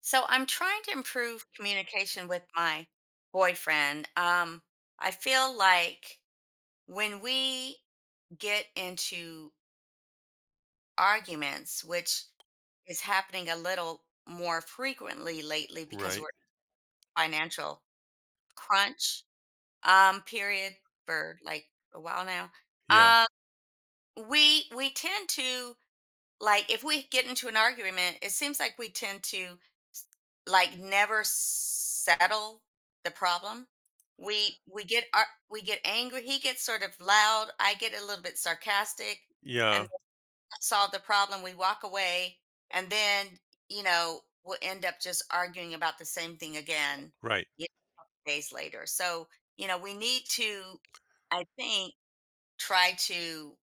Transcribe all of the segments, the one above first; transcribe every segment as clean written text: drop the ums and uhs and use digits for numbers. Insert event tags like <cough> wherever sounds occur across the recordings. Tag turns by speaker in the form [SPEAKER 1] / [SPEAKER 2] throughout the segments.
[SPEAKER 1] So I'm trying to improve communication with my boyfriend. I feel like when we get into arguments, which is happening a little more frequently lately because we're
[SPEAKER 2] Right.
[SPEAKER 1] in a financial crunch period for like a while now.
[SPEAKER 2] Yeah.
[SPEAKER 1] Um, we tend to, like, if we get into an argument, it seems like we tend to, like, never settle the problem. We get angry. He gets sort of loud. I get a little bit sarcastic, and
[SPEAKER 2] Yeah.
[SPEAKER 1] solve the problem. We walk away, and then you know we'll end up just arguing about the same thing again
[SPEAKER 2] Right.
[SPEAKER 1] you know, days later. So you know we need to, I think, try to,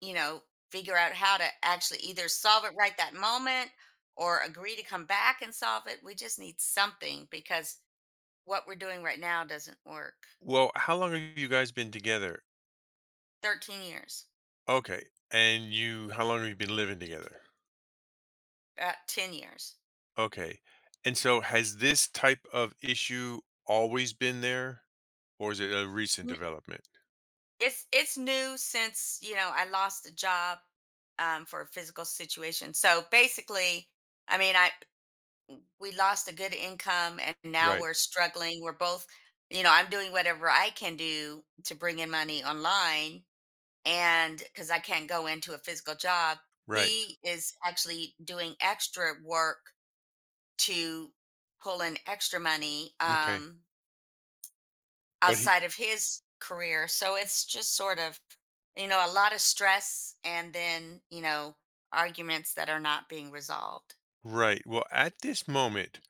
[SPEAKER 1] you know, figure out how to actually either solve it right that moment or agree to come back and solve it. We just need something because what we're doing right now doesn't work.
[SPEAKER 2] Well, how long have you guys been together?
[SPEAKER 1] 13 years,
[SPEAKER 2] Okay. And you, how long have you been living together?
[SPEAKER 1] 10 years.
[SPEAKER 2] Okay. And so has this type of issue always been there or is it a recent
[SPEAKER 1] N-
[SPEAKER 2] development?
[SPEAKER 1] it's new since, you know, I lost a job for a physical situation. So basically, I mean, I we lost a good income and now
[SPEAKER 2] Right.
[SPEAKER 1] we're struggling. We're both, you know, I'm doing whatever I can do to bring in money online, and because I can't go into a physical job,
[SPEAKER 2] Right.
[SPEAKER 1] he is actually doing extra work to pull in extra money
[SPEAKER 2] Okay. But he,
[SPEAKER 1] outside of his career. So it's just sort of, you know, a lot of stress and then, you know, arguments that are not being resolved.
[SPEAKER 2] right. Well, at this moment,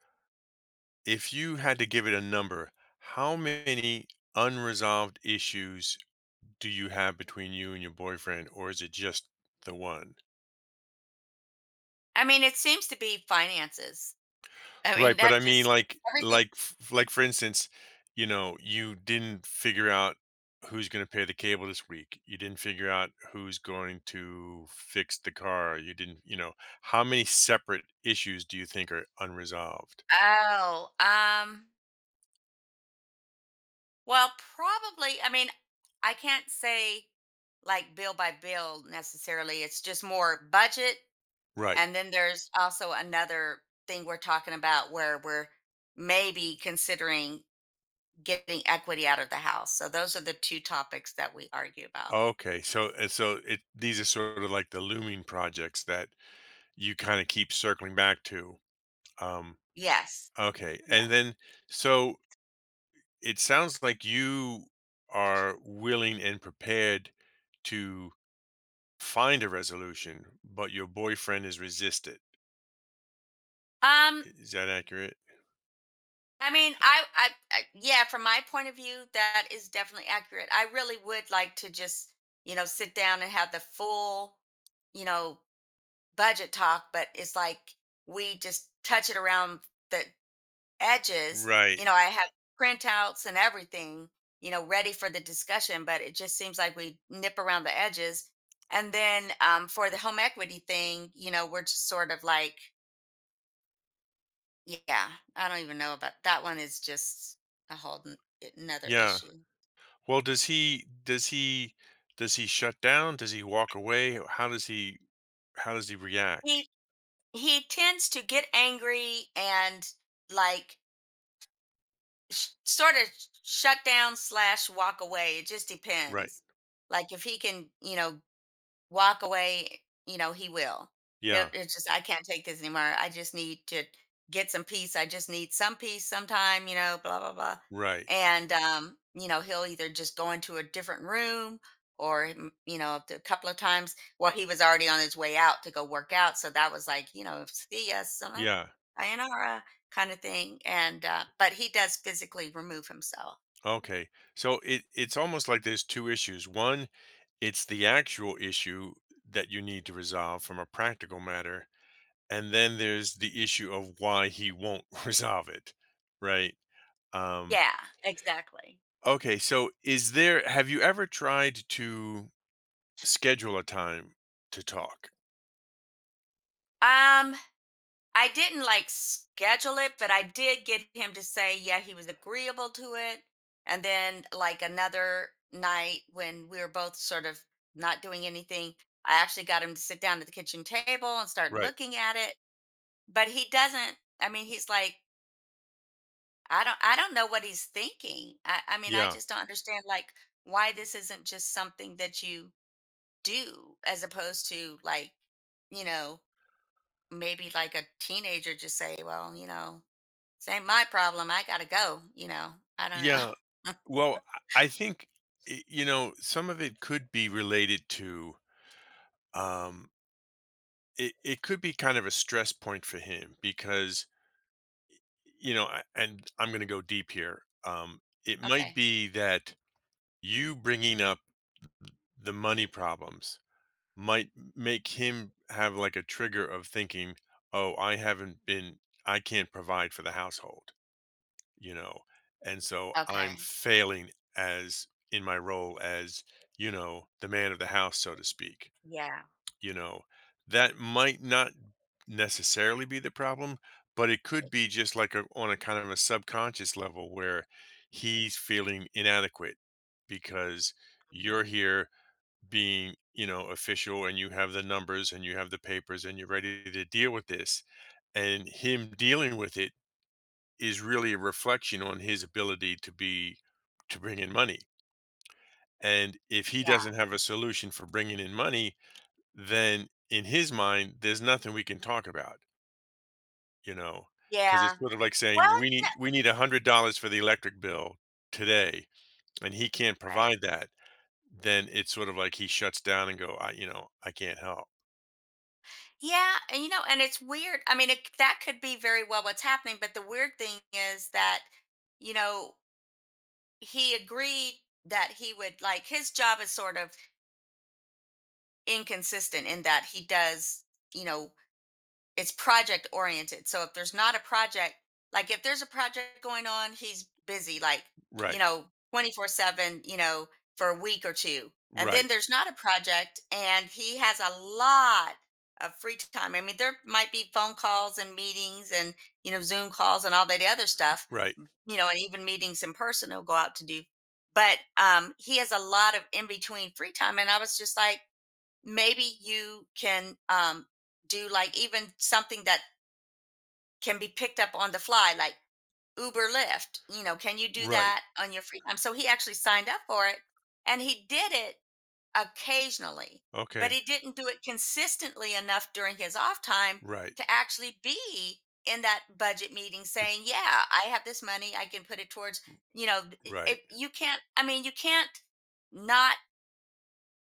[SPEAKER 2] if you had to give it a number, how many unresolved issues do you have between you and your boyfriend or is it just the one?
[SPEAKER 1] I mean, it seems to be finances. I mean,
[SPEAKER 2] Right, but I
[SPEAKER 1] that
[SPEAKER 2] mean,
[SPEAKER 1] just
[SPEAKER 2] like
[SPEAKER 1] everything.
[SPEAKER 2] like f like, for instance, you know, you didn't figure out who's gonna pay the cable this week. You didn't figure out who's going to fix the car. You didn't you know, how many separate issues do you think are unresolved?
[SPEAKER 1] Oh, well, probably. I mean, I can't say like bill by bill necessarily. It's just more budget.
[SPEAKER 2] Right.
[SPEAKER 1] And then there's also another thing we're talking about where we're maybe considering getting equity out of the house. So those are the two topics that we argue about.
[SPEAKER 2] Okay, so and so it these are sort of like the looming projects that you kinda keep circling back to. Um,
[SPEAKER 1] Yes.
[SPEAKER 2] okay, and
[SPEAKER 1] Yes.
[SPEAKER 2] then so it sounds like you are willing and prepared to find a resolution, but your boyfriend is resistant.
[SPEAKER 1] Um,
[SPEAKER 2] Is that accurate?
[SPEAKER 1] I mean, yeah, from my point of view, that is definitely accurate. I really would like to just, you know, sit down and have the full, you know, budget talk, but it's like we just touch it around the edges. You
[SPEAKER 2] Right.
[SPEAKER 1] know, I have printouts and everything, you know, ready for the discussion, but it just seems like we nip around the edges. And then for the home equity thing, you know, we're just sort of like, yeah, I don't even know about that one. Is just a whole another
[SPEAKER 2] Yeah.
[SPEAKER 1] issue.
[SPEAKER 2] Well, does he shut down? Does he walk away? How does he react?
[SPEAKER 1] He he tends to get angry and, like, sort of shut down slash walk away. It just
[SPEAKER 2] Right.
[SPEAKER 1] depends. Like if he can, you know, walk away, you know, he will. He'll,
[SPEAKER 2] Yeah.
[SPEAKER 1] it's just, "I can't take this anymore. I just need to get some peace. I just need some peace sometime," you know, blah, blah, blah.
[SPEAKER 2] Right.
[SPEAKER 1] And, you know, he'll either just go into a different room or, you know, a couple of times. Well, he was already on his way out to go work out. So that was like, you know, "see ya, sayonara
[SPEAKER 2] Yeah.
[SPEAKER 1] sayonara," kind of thing. And, but he does physically remove himself.
[SPEAKER 2] Okay. So it it's almost like there's two issues. One, it's the actual issue that you need to resolve from a practical matter and then there's the issue of why he won't <laughs> resolve it, right. um
[SPEAKER 1] Yeah, exactly.
[SPEAKER 2] okay, so is there, have you ever tried to schedule a time to talk?
[SPEAKER 1] Um, I didn't, like, schedule it, but I did get him to say, yeah, he was agreeable to it. And then, like another night when we were both sort of not doing anything, I actually got him to sit down at the kitchen table and start
[SPEAKER 2] Right.
[SPEAKER 1] looking at it. But he doesn't, I mean, he's like, I don't know what he's thinking. I mean, I
[SPEAKER 2] Yeah.
[SPEAKER 1] just don't understand, like, why this isn't just something that you do as opposed to, like, you know, maybe like a teenager just say, well, you know, this ain't my problem. I gotta go, you know. I don't know. <laughs>
[SPEAKER 2] Yeah well i I think i- you know, some of it could be related to, um it, it could be kind of a stress point for him because, you know, and I'm going to go deep here, it might
[SPEAKER 1] Okay.
[SPEAKER 2] be that you bringing up the money problems might make him have like a trigger of thinking, "Oh, I haven't been, I can't provide for the household," you know? And so I'm
[SPEAKER 1] Okay.
[SPEAKER 2] failing as in my role as, you know, the man of the house, so to speak,
[SPEAKER 1] Yeah.
[SPEAKER 2] you know? That might not necessarily be the problem, but it could
[SPEAKER 1] It.
[SPEAKER 2] be just like a on a kind of a subconscious level where
[SPEAKER 1] Right.
[SPEAKER 2] he's feeling inadequate because
[SPEAKER 1] Mm.
[SPEAKER 2] you're here being, you know, official, and you have the numbers and you have the papers and you're ready to deal with this, and him dealing with it is really a reflection on his ability to be, to bring in money. And if he doesn't
[SPEAKER 1] Yeah.
[SPEAKER 2] have a solution for bringing in money, then in his mind there's nothing we can talk about, you know, because
[SPEAKER 1] Yeah.
[SPEAKER 2] it's sort of like
[SPEAKER 1] Well,
[SPEAKER 2] saying we
[SPEAKER 1] you
[SPEAKER 2] need we need $100 for the electric bill today and he can't
[SPEAKER 1] right.
[SPEAKER 2] provide that. Then it's sort of like he shuts down and go, I, you know, I can't help,
[SPEAKER 1] Yeah. And you know, and it's weird. I mean, it, that could be very well what's happening, but the weird thing is that, you know, he agreed that he would, like, his job is sort of inconsistent in that he does, you know, it's project oriented. So if there's not a project, like if there's a project going on, he's busy, like, you
[SPEAKER 2] right.
[SPEAKER 1] know, 24 7, you know, for a week or two. And then
[SPEAKER 2] Right,
[SPEAKER 1] there's not a project and he has a lot of free time. I mean, there might be phone calls and meetings and, you know, Zoom calls and all that other stuff,
[SPEAKER 2] right,
[SPEAKER 1] you know, and even meetings in person he'll go out to do. But he has a lot of in between free time. And I was just like, maybe you can do like even something that can be picked up on the fly, like Uber Lyft. You know, can you do
[SPEAKER 2] right.
[SPEAKER 1] that on your free time? So he actually signed up for it and he did it occasionally, but
[SPEAKER 2] Okay,
[SPEAKER 1] he didn't do it consistently enough during his off time
[SPEAKER 2] right.
[SPEAKER 1] to actually be in that budget meeting
[SPEAKER 2] To
[SPEAKER 1] saying, yeah, I have this money, I can put it towards, you know,
[SPEAKER 2] right.
[SPEAKER 1] you can't, I mean, you can't not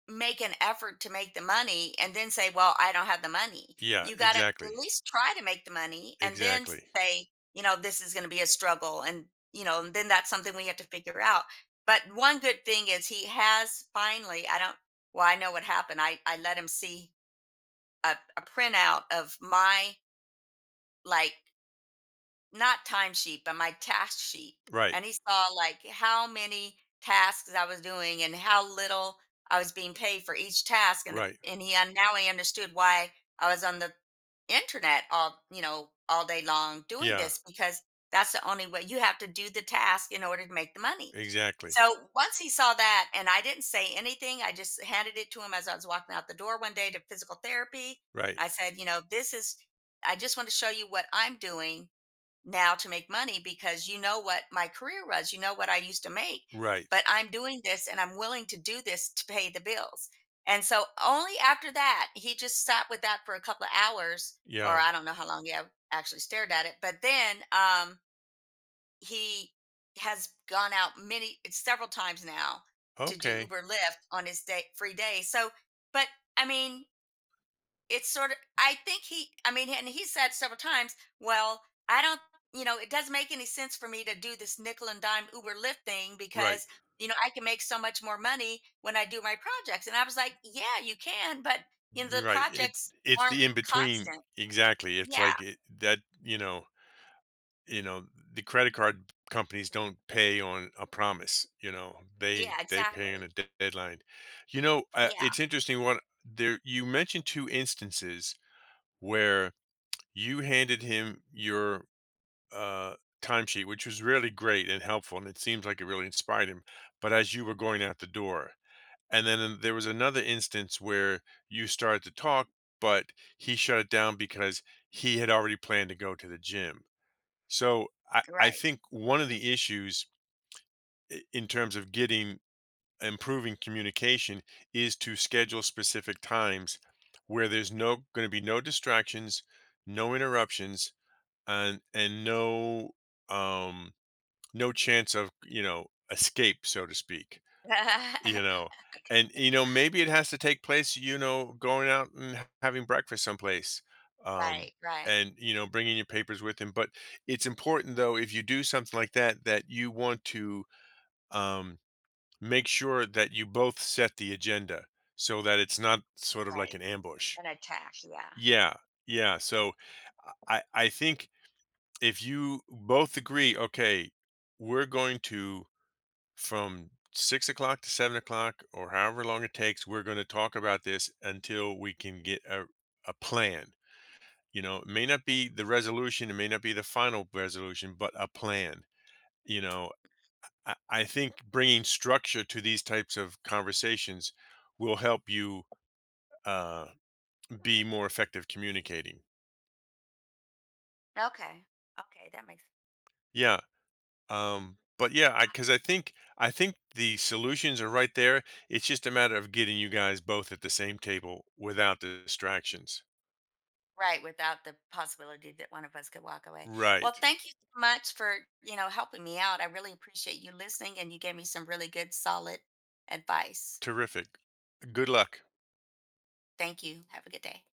[SPEAKER 1] make an effort to make the money and then say, well, I don't have the money.
[SPEAKER 2] Yeah,
[SPEAKER 1] You got to at
[SPEAKER 2] exactly,
[SPEAKER 1] least try to make the money and then
[SPEAKER 2] exactly.
[SPEAKER 1] say, you know, this is going to be a struggle. And, you know, and then that's something we have to figure out. But one good thing is he has finally, I don't, well, I know what happened. I let him see a printout of my, like, not timesheet, but my task sheet.
[SPEAKER 2] Right,
[SPEAKER 1] And he saw, like, how many tasks I was doing and how little I was being paid for each task. And the,
[SPEAKER 2] right.
[SPEAKER 1] and he now he understood why I was on the internet all, you know, all day long doing
[SPEAKER 2] Yeah,
[SPEAKER 1] this because that's the only way you have to do the task in order to make the money.
[SPEAKER 2] exactly.
[SPEAKER 1] So once he saw that, and I didn't say anything, I just handed it to him as I was walking out the door one day to physical therapy.
[SPEAKER 2] Right,
[SPEAKER 1] I said, you know, this is, I just want to show you what I'm doing now to make money because you know what my career was, you know what I used to make,
[SPEAKER 2] right.
[SPEAKER 1] but I'm doing this and I'm willing to do this to pay the bills. And so only after that, he just sat with that for a couple of hours, or
[SPEAKER 2] Yeah.
[SPEAKER 1] I don't know how long he actually stared at it. But then he has gone out many, several times now to do
[SPEAKER 2] Okay.
[SPEAKER 1] Uber Lyft on his day, free day. So, but I mean, it's sort of, I think he I mean and he said several times, well, I don't you know, it doesn't make any sense for me to do this nickel and dime Uber Lyft thing
[SPEAKER 2] Right,
[SPEAKER 1] because you know I can make so much more money when I do my projects, and I was like, yeah, you can, but you know the
[SPEAKER 2] right.
[SPEAKER 1] projects
[SPEAKER 2] It's
[SPEAKER 1] aren't
[SPEAKER 2] the in between.
[SPEAKER 1] constant.
[SPEAKER 2] Exactly. It's
[SPEAKER 1] Yeah.
[SPEAKER 2] like it, that. You know. You know. The credit card companies don't pay on a promise. You know.
[SPEAKER 1] Yeah,
[SPEAKER 2] They pay on a
[SPEAKER 1] exactly.
[SPEAKER 2] deadline. You know.
[SPEAKER 1] Yeah.
[SPEAKER 2] It's interesting. What there you mentioned two instances where you handed him your, uh, timesheet, which was really great and helpful, and it seems like it really inspired him, but as you were going out the door, and then there was another instance where you started to talk, but he shut it down because he had already planned to go to the gym. So, I
[SPEAKER 1] Right.
[SPEAKER 2] think one of the issues, I in terms of getting, improving communication, is to schedule specific times where there's no gonna be no distractions, no interruptions, and no, um no chance of, you know, escape, so to speak, you
[SPEAKER 1] <laughs>
[SPEAKER 2] know. And you know, maybe it has to take place, you know, going out and having breakfast someplace, um
[SPEAKER 1] Right. right
[SPEAKER 2] and you know, bringing your papers with him. But it's important, though, if you do something like that, that you want to, um make sure that you both set the agenda so that it's not sort of like
[SPEAKER 1] right
[SPEAKER 2] an ambush.
[SPEAKER 1] an attack, yeah.
[SPEAKER 2] Yeah, yeah. So I think if you both agree, okay, we're going to from 6:00 to 7:00 or however long it takes, we're going to talk about this until we can get a plan. You know, it may not
[SPEAKER 1] Right.
[SPEAKER 2] be the resolution, it may not be the final resolution, but a plan. You know, I think bringing structure to these types of conversations will help you, uh, be more effective communicating.
[SPEAKER 1] Okay, okay, that makes a
[SPEAKER 2] Yeah, but yeah, I,
[SPEAKER 1] lot
[SPEAKER 2] because I
[SPEAKER 1] of.
[SPEAKER 2] think, I think the solutions are right there. It's just a matter of getting you guys both at the same table without the distractions.
[SPEAKER 1] Right, without the possibility that one of us could walk away. Well,
[SPEAKER 2] Right.
[SPEAKER 1] thank you so much for, you know, helping me out. I really appreciate you listening and you gave me some really good solid advice.
[SPEAKER 2] Terrific. Good luck.
[SPEAKER 1] Thank you. Have a good day.